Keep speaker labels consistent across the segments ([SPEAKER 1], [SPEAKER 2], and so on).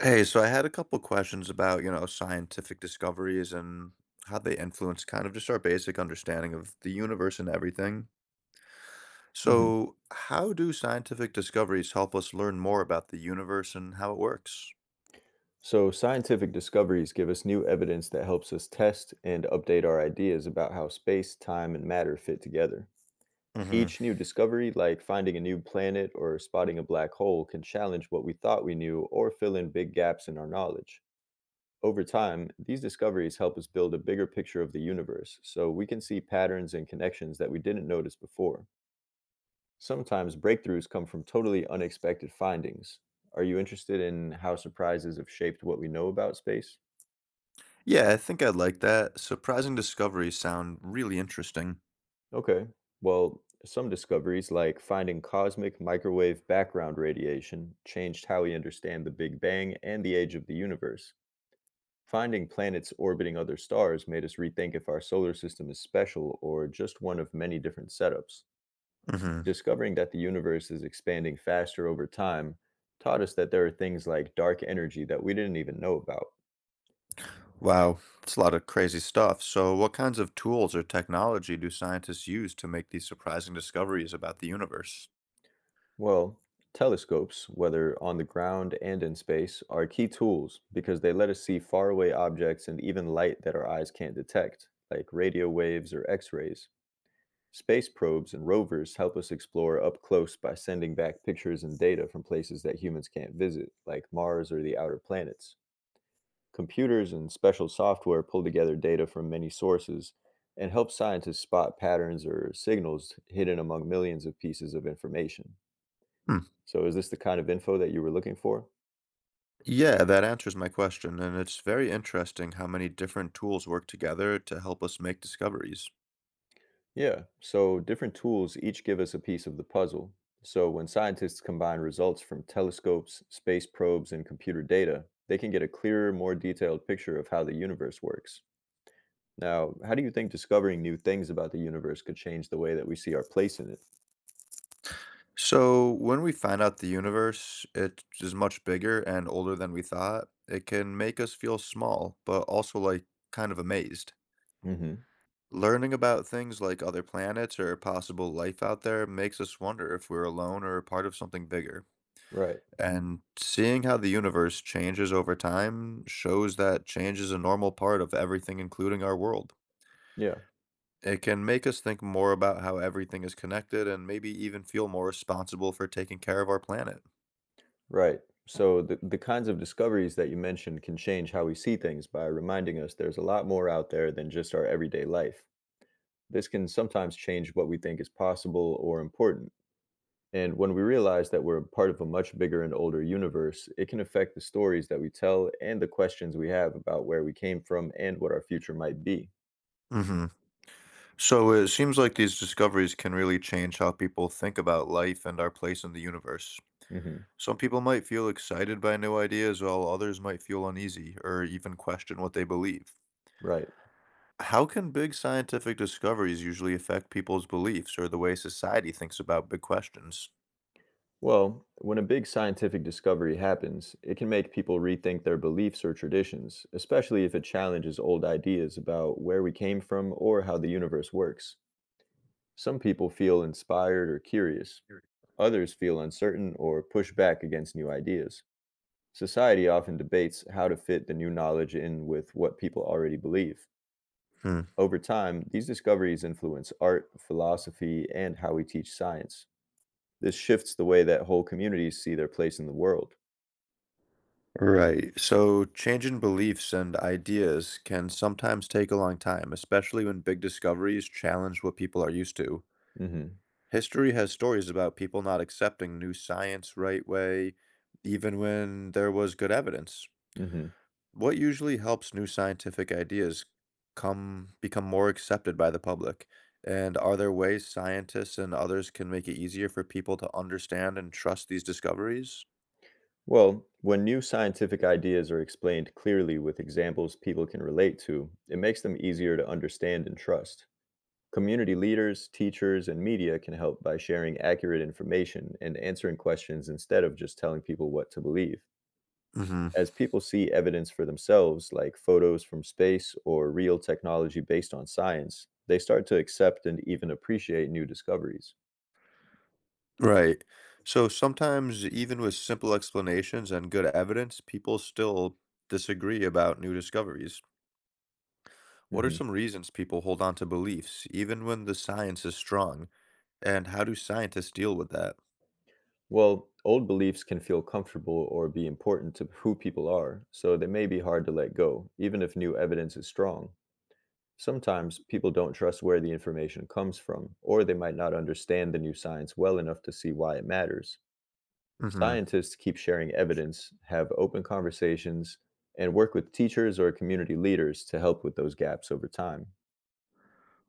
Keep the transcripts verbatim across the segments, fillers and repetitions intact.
[SPEAKER 1] Hey, so I had a couple questions about, you know, scientific discoveries and how they influence kind of just our basic understanding of the universe and everything.
[SPEAKER 2] Mhm.
[SPEAKER 1] So, how do scientific discoveries help us learn more about the universe and how it works?
[SPEAKER 2] So, scientific discoveries give us new evidence that helps us test and update our ideas about how space, time, and matter fit together.
[SPEAKER 1] Hmm.
[SPEAKER 2] Each new discovery, like finding a new planet or spotting a black hole, can challenge what we thought we knew or fill in big gaps in our knowledge. Over time, these discoveries help us build a bigger picture of the universe so we can see patterns and connections that we didn't notice before. Sometimes breakthroughs come from totally unexpected findings. Are you interested in how surprises have shaped what we know about space?
[SPEAKER 1] Yeah, I think I'd like that. Surprising discoveries sound really interesting.
[SPEAKER 2] Okay. Well, some discoveries, like finding cosmic microwave background radiation, changed how we understand the Big Bang and the age of the universe. Finding planets orbiting other stars made us rethink if our solar system is special or just one of many different setups.
[SPEAKER 1] Hmm.
[SPEAKER 2] Discovering that the universe is expanding faster over time taught us that there are things like dark energy that we didn't even know about.
[SPEAKER 1] Wow, it's a lot of crazy stuff. So, what kinds of tools or technology do scientists use to make these surprising discoveries about the universe?
[SPEAKER 2] Well, telescopes, whether on the ground and in space, are key tools because they let us see faraway objects and even light that our eyes can't detect, like radio waves or X rays. Space probes and rovers help us explore up close by sending back pictures and data from places that humans can't visit, like Mars or the outer planets. Computers and special software pull together data from many sources and help scientists spot patterns or signals hidden among millions of pieces of information. So is this the kind of info that you were looking for?
[SPEAKER 1] Yeah, that answers my question, and it's very interesting how many different tools work together to help us make discoveries.
[SPEAKER 2] Yeah, so different tools each give us a piece of the puzzle. So when scientists combine results from telescopes, space probes, and computer data, they can get a clearer, more detailed picture of how the universe works. Now, how do you think discovering new things about the universe could change the way that we see our place in it?
[SPEAKER 1] So, when we find out the universe, it is much bigger and older than we thought. It can make us feel small, but also like kind of amazed.
[SPEAKER 2] Hmm.
[SPEAKER 1] Learning about things like other planets or possible life out there makes us wonder if we're alone or a part of something bigger.
[SPEAKER 2] Right.
[SPEAKER 1] And seeing how the universe changes over time shows that change is a normal part of everything, including our world.
[SPEAKER 2] Yeah.
[SPEAKER 1] It can make us think more about how everything is connected and maybe even feel more responsible for taking care of our planet.
[SPEAKER 2] Right. So the, the kinds of discoveries that you mentioned can change how we see things by reminding us there's a lot more out there than just our everyday life. This can sometimes change what we think is possible or important. And when we realize that we're part of a much bigger and older universe, it can affect the stories that we tell and the questions we have about where we came from and what our future might be.
[SPEAKER 1] Hmm. So it seems like these discoveries can really change how people think about life and our place in the universe.
[SPEAKER 2] Hmm.
[SPEAKER 1] Some people might feel excited by new ideas, while others might feel uneasy or even question what they believe.
[SPEAKER 2] Right.
[SPEAKER 1] How can big scientific discoveries usually affect people's beliefs or the way society thinks about big questions?
[SPEAKER 2] Well, when a big scientific discovery happens, it can make people rethink their beliefs or traditions, especially if it challenges old ideas about where we came from or how the universe works. Some people feel inspired or curious. Others feel uncertain or push back against new ideas. Society often debates how to fit the new knowledge in with what people already believe.
[SPEAKER 1] Hmm.
[SPEAKER 2] Over time, these discoveries influence art, philosophy, and how we teach science. This shifts the way that whole communities see their place in the world.
[SPEAKER 1] Right. So changing beliefs and ideas can sometimes take a long time, especially when big discoveries challenge what people are used to.
[SPEAKER 2] Hmm.
[SPEAKER 1] History has stories about people not accepting new science right way, even when there was good evidence.
[SPEAKER 2] Hmm.
[SPEAKER 1] What usually helps new scientific ideas come become more accepted by the public? And are there ways scientists and others can make it easier for people to understand and trust these discoveries?
[SPEAKER 2] Well, when new scientific ideas are explained clearly with examples people can relate to, it makes them easier to understand and trust. Community leaders, teachers, and media can help by sharing accurate information and answering questions instead of just telling people what to believe.
[SPEAKER 1] Mhm.
[SPEAKER 2] As people see evidence for themselves, like photos from space or real technology based on science, they start to accept and even appreciate new discoveries.
[SPEAKER 1] Right. So sometimes, even with simple explanations and good evidence, people still disagree about new discoveries. What are
[SPEAKER 2] Mhm.
[SPEAKER 1] some reasons people hold on to beliefs, even when the science is strong? And how do scientists deal with that?
[SPEAKER 2] Well, old beliefs can feel comfortable or be important to who people are, so they may be hard to let go, even if new evidence is strong. Sometimes people don't trust where the information comes from, or they might not understand the new science well enough to see why it matters.
[SPEAKER 1] Hmm.
[SPEAKER 2] Scientists keep sharing evidence, have open conversations, and work with teachers or community leaders to help with those gaps over time.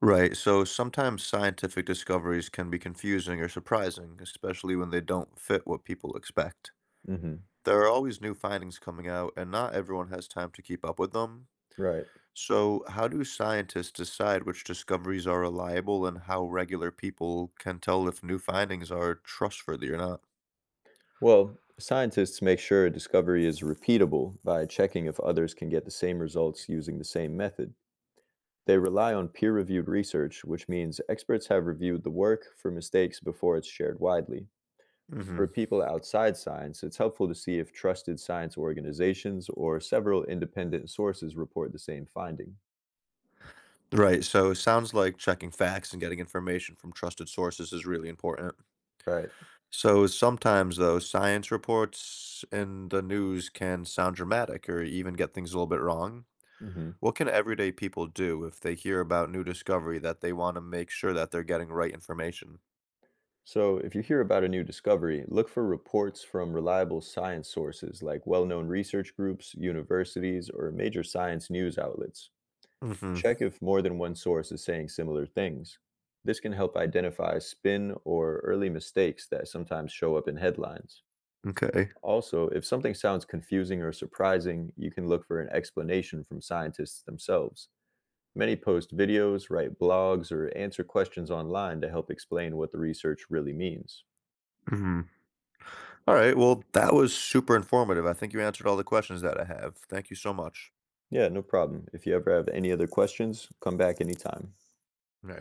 [SPEAKER 1] Right. So sometimes scientific discoveries can be confusing or surprising, especially when they don't fit what people expect.
[SPEAKER 2] Hmm.
[SPEAKER 1] There are always new findings coming out, and not everyone has time to keep up with them.
[SPEAKER 2] Right.
[SPEAKER 1] So, how do scientists decide which discoveries are reliable and how regular people can tell if new findings are trustworthy or not?
[SPEAKER 2] Well, scientists make sure a discovery is repeatable by checking if others can get the same results using the same method. They rely on peer reviewed research, which means experts have reviewed the work for mistakes before it's shared widely. For
[SPEAKER 1] Hmm.
[SPEAKER 2] people outside science, it's helpful to see if trusted science organizations or several independent sources report the same finding.
[SPEAKER 1] Right. So, it sounds like checking facts and getting information from trusted sources is really important.
[SPEAKER 2] Right.
[SPEAKER 1] So, sometimes, though, science reports in the news can sound dramatic or even get things a little bit wrong.
[SPEAKER 2] Hmm.
[SPEAKER 1] What can everyday people do if they hear about new discovery that they want to make sure that they're getting right information?
[SPEAKER 2] So, if you hear about a new discovery, look for reports from reliable science sources like well known research groups, universities, or major science news outlets.
[SPEAKER 1] Hmm.
[SPEAKER 2] Check if more than one source is saying similar things. This can help identify spin or early mistakes that sometimes show up in headlines.
[SPEAKER 1] Okay.
[SPEAKER 2] Also, if something sounds confusing or surprising, you can look for an explanation from scientists themselves. Many post videos, write blogs, or answer questions online to help explain what the research really means.
[SPEAKER 1] Mhm. All right. Well, that was super informative. I think you answered all the questions that I have. Thank you so much.
[SPEAKER 2] Yeah, no problem. If you ever have any other questions, come back anytime.
[SPEAKER 1] All right.